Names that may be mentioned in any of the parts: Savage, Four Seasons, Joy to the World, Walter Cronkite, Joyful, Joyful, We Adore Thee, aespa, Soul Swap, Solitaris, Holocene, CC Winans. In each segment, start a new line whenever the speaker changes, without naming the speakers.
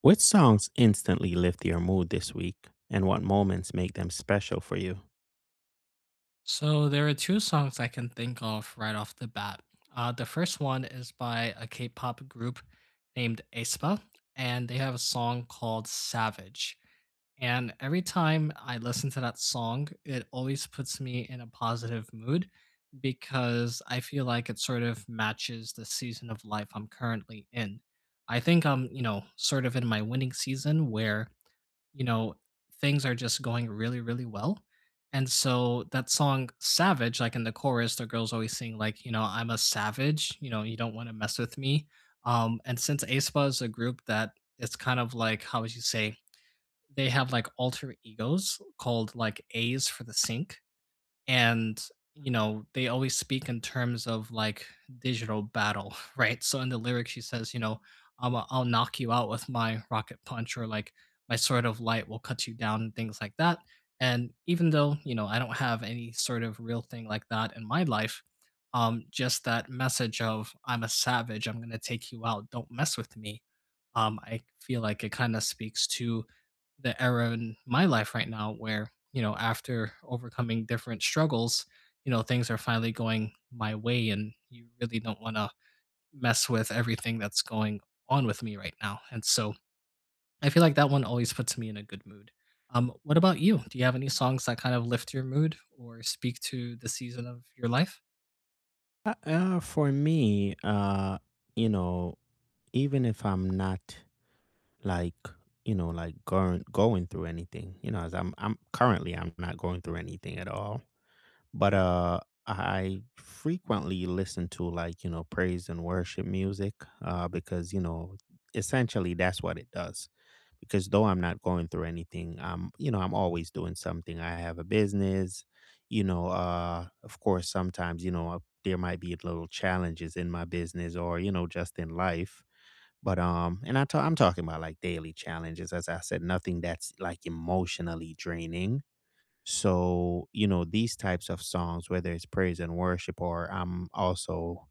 Which songs instantly lift your mood this week, and what moments make them special for you?
So there are two songs I can think of right off the bat. The first one is by a K-pop group named aespa, and they have a song called "Savage." And every time I listen to that song, it always puts me in a positive mood because I feel like it sort of matches the season of life I'm currently in. I think I'm, you know, sort of in my winning season where, you know, things are just going really, really well. And so that song Savage, like in the chorus, the girl's always sing like, you know, I'm a savage, you know, you don't want to mess with me. And since aespa is a group that, it's kind of like, how would you say, they have like alter egos called like A's for the sink, and you know they always speak in terms of like digital battle right, so in the lyrics she says, I'll knock you out with my rocket punch, or like my sword of light will cut you down and things like that. And even though you know I don't have any sort of real thing like that in my life, just that message of I'm a savage, I'm going to take you out, don't mess with me. I feel like it kind of speaks to the era in my life right now where, you know, after overcoming different struggles, you know, things are finally going my way and you really don't want to mess with everything that's going on with me right now. And so I feel like that one always puts me in a good mood. What about you? Do you have any songs that kind of lift your mood or speak to the season of your life?
For me, you know, even if I'm not, like, you know, like going through anything, you know, as I'm currently I'm not going through anything at all. But, I frequently listen to, like, you know, praise and worship music, because, you know, essentially that's what it does. Because though I'm not going through anything, I'm, you know, I'm always doing something. I have a business. You know, of course, sometimes, you know, there might be little challenges in my business or, you know, just in life. But, and I'm talking about, like, daily challenges. As I said, nothing that's, like, emotionally draining. So, you know, these types of songs, whether it's praise and worship, or I'm also,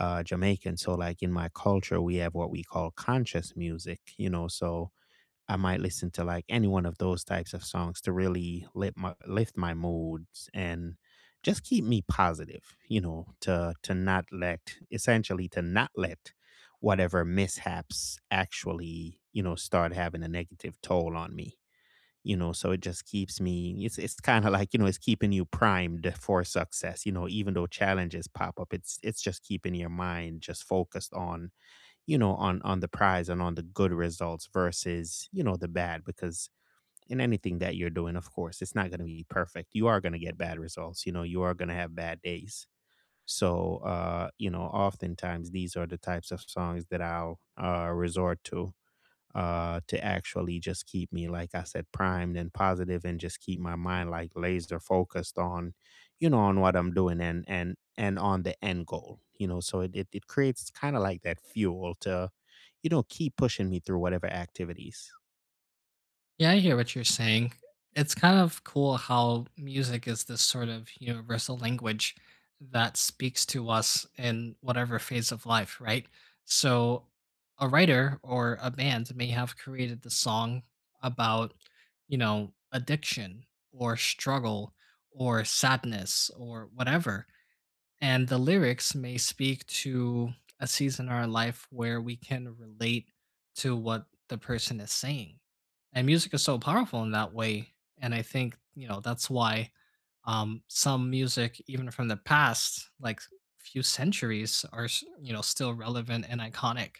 Jamaican. So, like in my culture, we have what we call conscious music, you know. So, I might listen to, like, any one of those types of songs to really lift my moods and just keep me positive, you know, to not let, essentially, to not let whatever mishaps actually, you know, start having a negative toll on me. You know, so it just keeps me. It's kind of like, you know, it's keeping you primed for success. You know, even though challenges pop up, it's just keeping your mind just focused on, you know, on the prize and on the good results versus, you know, the bad. Because in anything that you're doing, of course it's not going to be perfect. You are going to get bad results. You know, you are going to have bad days. So, you know, oftentimes these are the types of songs that I'll, resort to, to actually just keep me, like I said, primed and positive, and just keep my mind, like, laser focused on, you know, on what I'm doing and on the end goal. You know, so it creates kind of like that fuel to, you know, keep pushing me through whatever activities.
Yeah, I hear what you're saying. It's kind of cool how music is this sort of universal language that speaks to us in whatever phase of life, right? So, a writer or a band may have created the song about, you know, addiction or struggle or sadness or whatever, and the lyrics may speak to a season in our life where we can relate to what the person is saying. And music is so powerful in that way. And I think, you know, that's why some music, even from the past, like few centuries, are, you know, still relevant and iconic.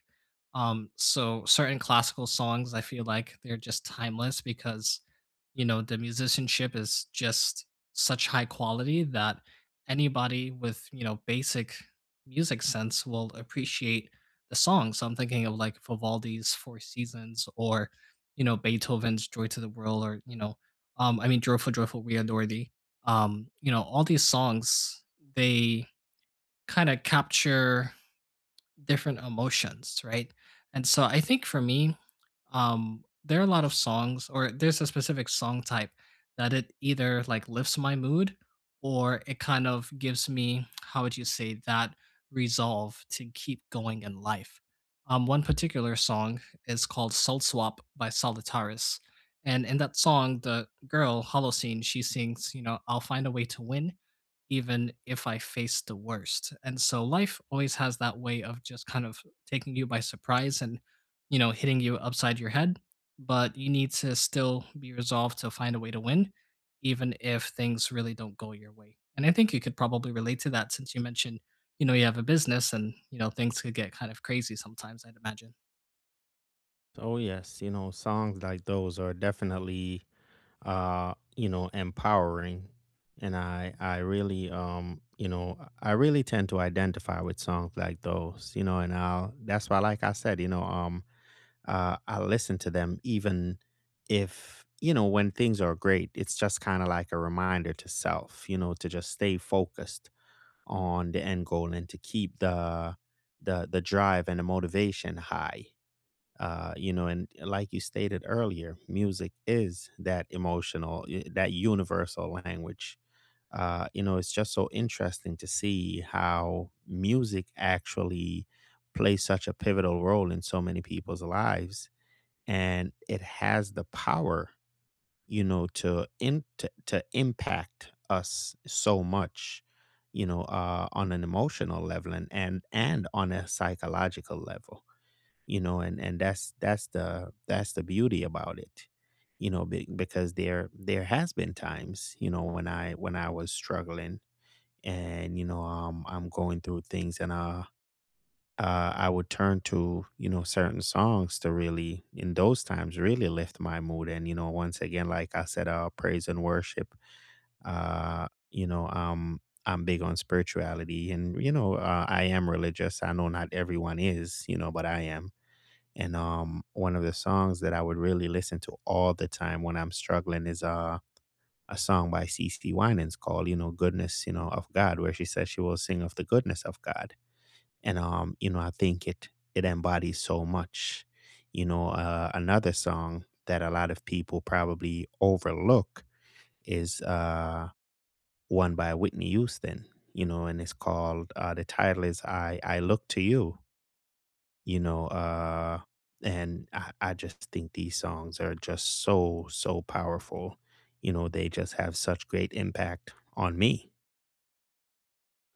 So certain classical songs, I feel like they're just timeless because, you know, the musicianship is just such high quality that anybody with, you know, basic music sense will appreciate the song. So I'm thinking of like Vivaldi's Four Seasons, or, you know, Beethoven's Joy to the World, or, you know, I mean, Joyful, Joyful, We Adore Thee. You know, all these songs, they kind of capture different emotions, right? And so I think for me, there are a lot of songs, or there's a specific song type that it either like lifts my mood or it kind of gives me, how would you say, that resolve to keep going in life. One particular song is called Soul Swap by Solitaris. And in that song, the girl, Holocene, she sings, you know, I'll find a way to win even if I face the worst. And so life always has that way of just kind of taking you by surprise and, you know, hitting you upside your head. But you need to still be resolved to find a way to win, even if things really don't go your way. And I think you could probably relate to that, since you mentioned, you know, you have a business and, you know, things could get kind of crazy sometimes, I'd imagine.
Oh yes, you know, songs like those are definitely, you know, empowering. And I really, you know, I really tend to identify with songs like those. You know, and I'll, that's why, like I said, you know, I listen to them even if, you know, when things are great. It's just kind of like a reminder to self, you know, to just stay focused on the end goal and to keep the the drive and the motivation high. You know, and like you stated earlier, music is that emotional, that universal language. You know, it's just so interesting to see how music actually plays such a pivotal role in so many people's lives, and it has the power, you know, to impact us so much, you know, on an emotional level and and on a psychological level, you know, and that's the beauty about it. You know, because there has been times, you know, when I was struggling, and, you know, I'm going through things, and I would turn to, you know, certain songs to really, in those times, really lift my mood. And you know, once again, like I said, praise and worship. Uh, you know, um, I'm big on spirituality, and you know, I am religious. I know not everyone is, you know, but I am. And one of the songs that I would really listen to all the time when I'm struggling is a song by CC Winans called, you know, Goodness, you know, of God, where she says she will sing of the goodness of God. And, you know, I think it it embodies so much, you know. Another song that a lot of people probably overlook is one by Whitney Houston, you know, and it's called, the title is, I Look to You, you know. And I just think these songs are just so, so powerful. You know, they just have such great impact on me.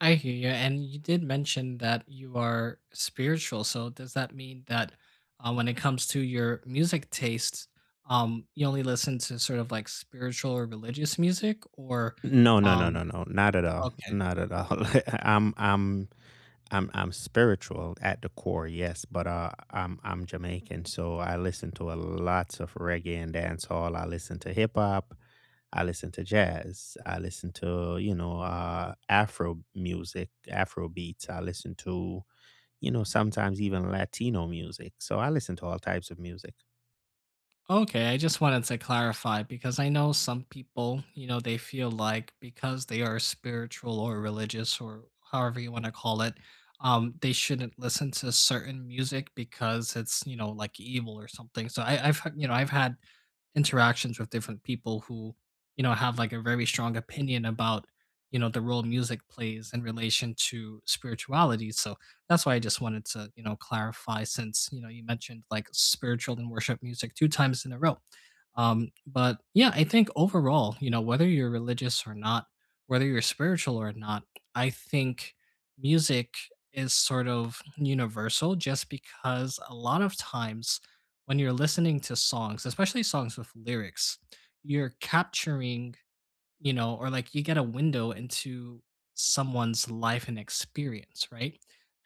I hear you. And you did mention that you are spiritual. So does that mean that when it comes to your music tastes, you only listen to sort of like spiritual or religious music, or
No, no, no,
um
no, no, not at all,
okay.
not at all. I'm, I'm, I'm spiritual at the core, yes, but I'm Jamaican, so I listen to a lots of reggae and dancehall. I listen to hip hop, I listen to jazz, I listen to, you know, Afro music, Afro beats. I listen to, you know, sometimes even Latino music. So I listen to all types of music.
Okay, I just wanted to clarify because I know some people, you know, they feel like because they are spiritual or religious or however you want to call it, they shouldn't listen to certain music because it's, you know, like evil or something. So you know, I've had interactions with different people who, you know, have like a very strong opinion about, you know, the role music plays in relation to spirituality. So that's why I just wanted to, you know, clarify since, you know, you mentioned like spiritual and worship music two times in a row. But yeah, I think overall, you know, whether you're religious or not, whether you're spiritual or not, I think music is sort of universal just because a lot of times when you're listening to songs, especially songs with lyrics, you're capturing, or like you get a window into someone's life and experience, right?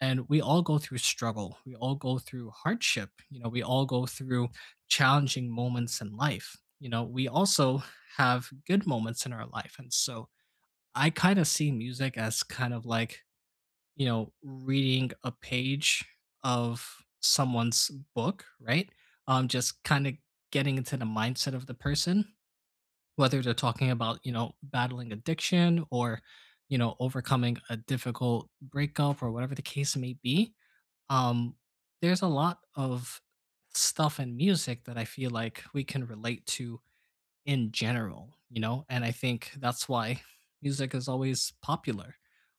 And we all go through struggle. We all go through hardship. You know, we all go through challenging moments in life. You know, we also have good moments in our life. And so I kind of see music as kind of like, you know, reading a page of someone's book, right? Just kind of getting into the mindset of the person, whether they're talking about, you know, battling addiction or, you know, overcoming a difficult breakup or whatever the case may be. Um, there's a lot of stuff in music that I feel like we can relate to in general, you know, and I think that's why music is always popular.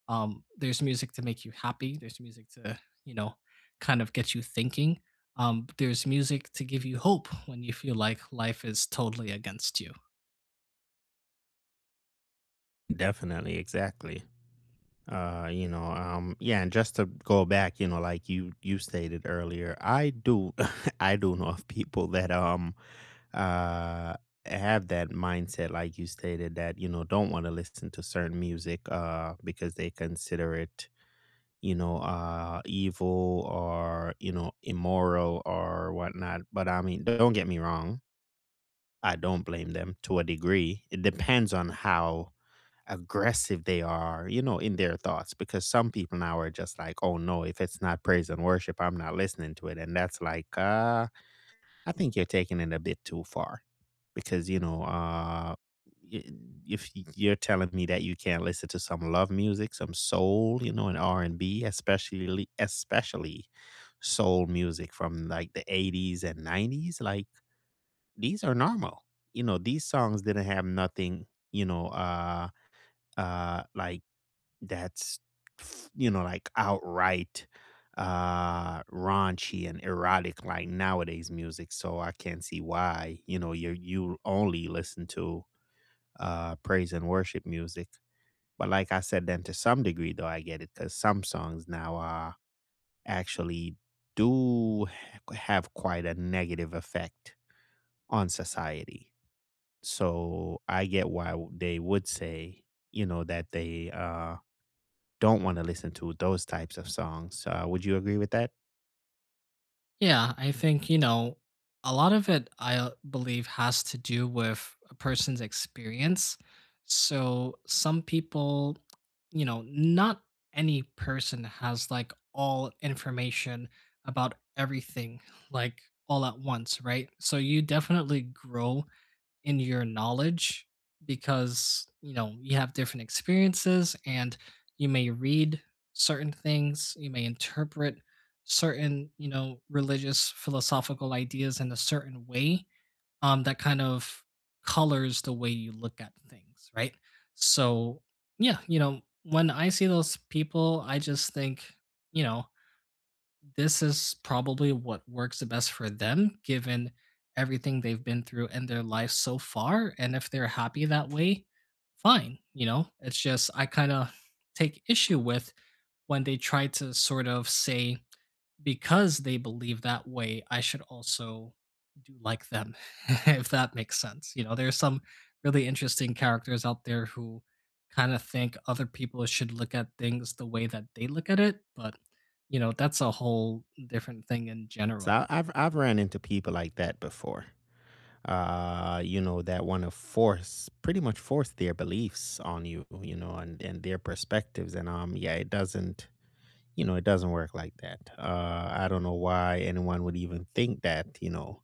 There's music to make you happy, there's music to, you know, kind of get you thinking. There's music to give you hope when you feel like life is totally against you.
Definitely, exactly. Yeah, and just to go back, you know, like you stated earlier, I do I do know of people that uh have that mindset, like you stated, that, you know, don't want to listen to certain music, because they consider it, you know, evil, or, you know, immoral or whatnot. But I mean, don't get me wrong, I don't blame them to a degree. It depends on how aggressive they are, you know, in their thoughts. Because some people now are just like, oh no, if it's not praise and worship, I'm not listening to it. And that's like, I think you're taking it a bit too far, because, you know, y- if you're telling me that you can't listen to some love music, some soul, you know, and R and B, especially soul music from like the 80s and 90s, like these are normal. You know, these songs didn't have nothing, you know, like that's f, you know, like, outright, raunchy and erotic like nowadays music, so I can't see why, you know, you only listen to, praise and worship music. But like I said, then to some degree, though, I get it, because some songs now, actually do ha have quite a negative effect on society. So I get why w they would say, you know, that they, don't want to listen to those types of songs. Would you agree with that?
Yeah, I think, you know, a lot of it I believe has to do with a person's experience. So some people, you know, not any person has like all information about everything, like all at once, right? So you definitely grow in your knowledge because you know you have different experiences, and you may read certain things, you may interpret certain you know religious philosophical ideas in a certain way, that kind of colors the way you look at things, right? So yeah, you know when I see those people I just think, you know, this is probably what works the best for them given everything they've been through in their life so far, and if they're happy that way, fine, you know? It's just I kinda take issue with when they try to sort of say because they believe that way, I should also do like them, if that makes sense. You know, there's some really interesting characters out there who kind of think other people should look at things the way that they look at it, but you know, that's a whole different thing in
So
general.
I've ran into people like that before. You know, that want to force, pretty much force their beliefs on you. You know, and their perspectives. And yeah, it doesn't. You know, it doesn't work like that. I don't know why anyone would even think that. You know,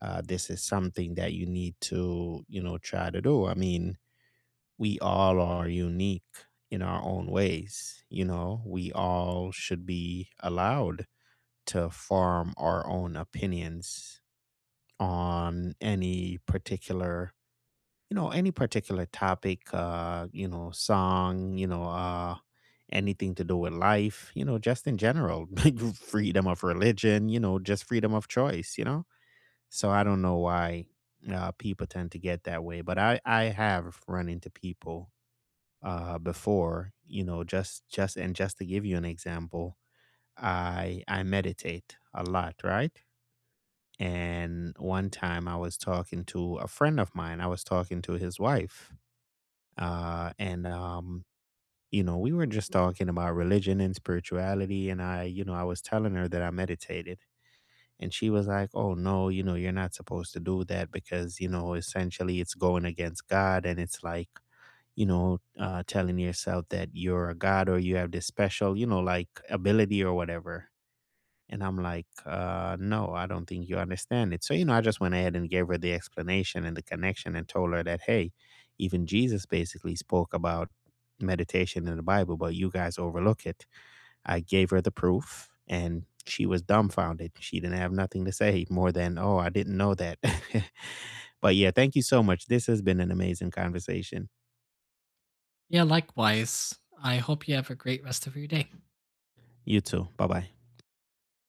this is something that you need to. You know, try to do. I mean, we all are unique in our own ways. You know, we all should be allowed to form our own opinions on any particular, you know, any particular topic, you know, song, you know, anything to do with life, you know, just in general, like freedom of religion, you know, just freedom of choice, you know? So I don't know why people tend to get that way, but I have run into people before. You know, just to give you an example, I meditate a lot, right? And one time I was talking to a friend of mine. I was talking to his wife, and you know, we were just talking about religion and spirituality, and you know, I was telling her that I meditated. And she was like, "Oh no, you know, you're not supposed to do that because, you know, essentially, it's going against God, and it's like," you know, telling yourself that you're a god or you have this special, you know, like, ability or whatever. And I'm like, no, I don't think you understand it. So, you know, I just went ahead and gave her the explanation and the connection and told her that, hey, even Jesus basically spoke about meditation in the Bible, but you guys overlook it. I gave her the proof and she was dumbfounded. She didn't have nothing to say more than, oh, I didn't know that. But yeah, thank you so much. This has been an amazing conversation.
Yeah, likewise. I hope you have a great rest of your day.
You too. Bye bye.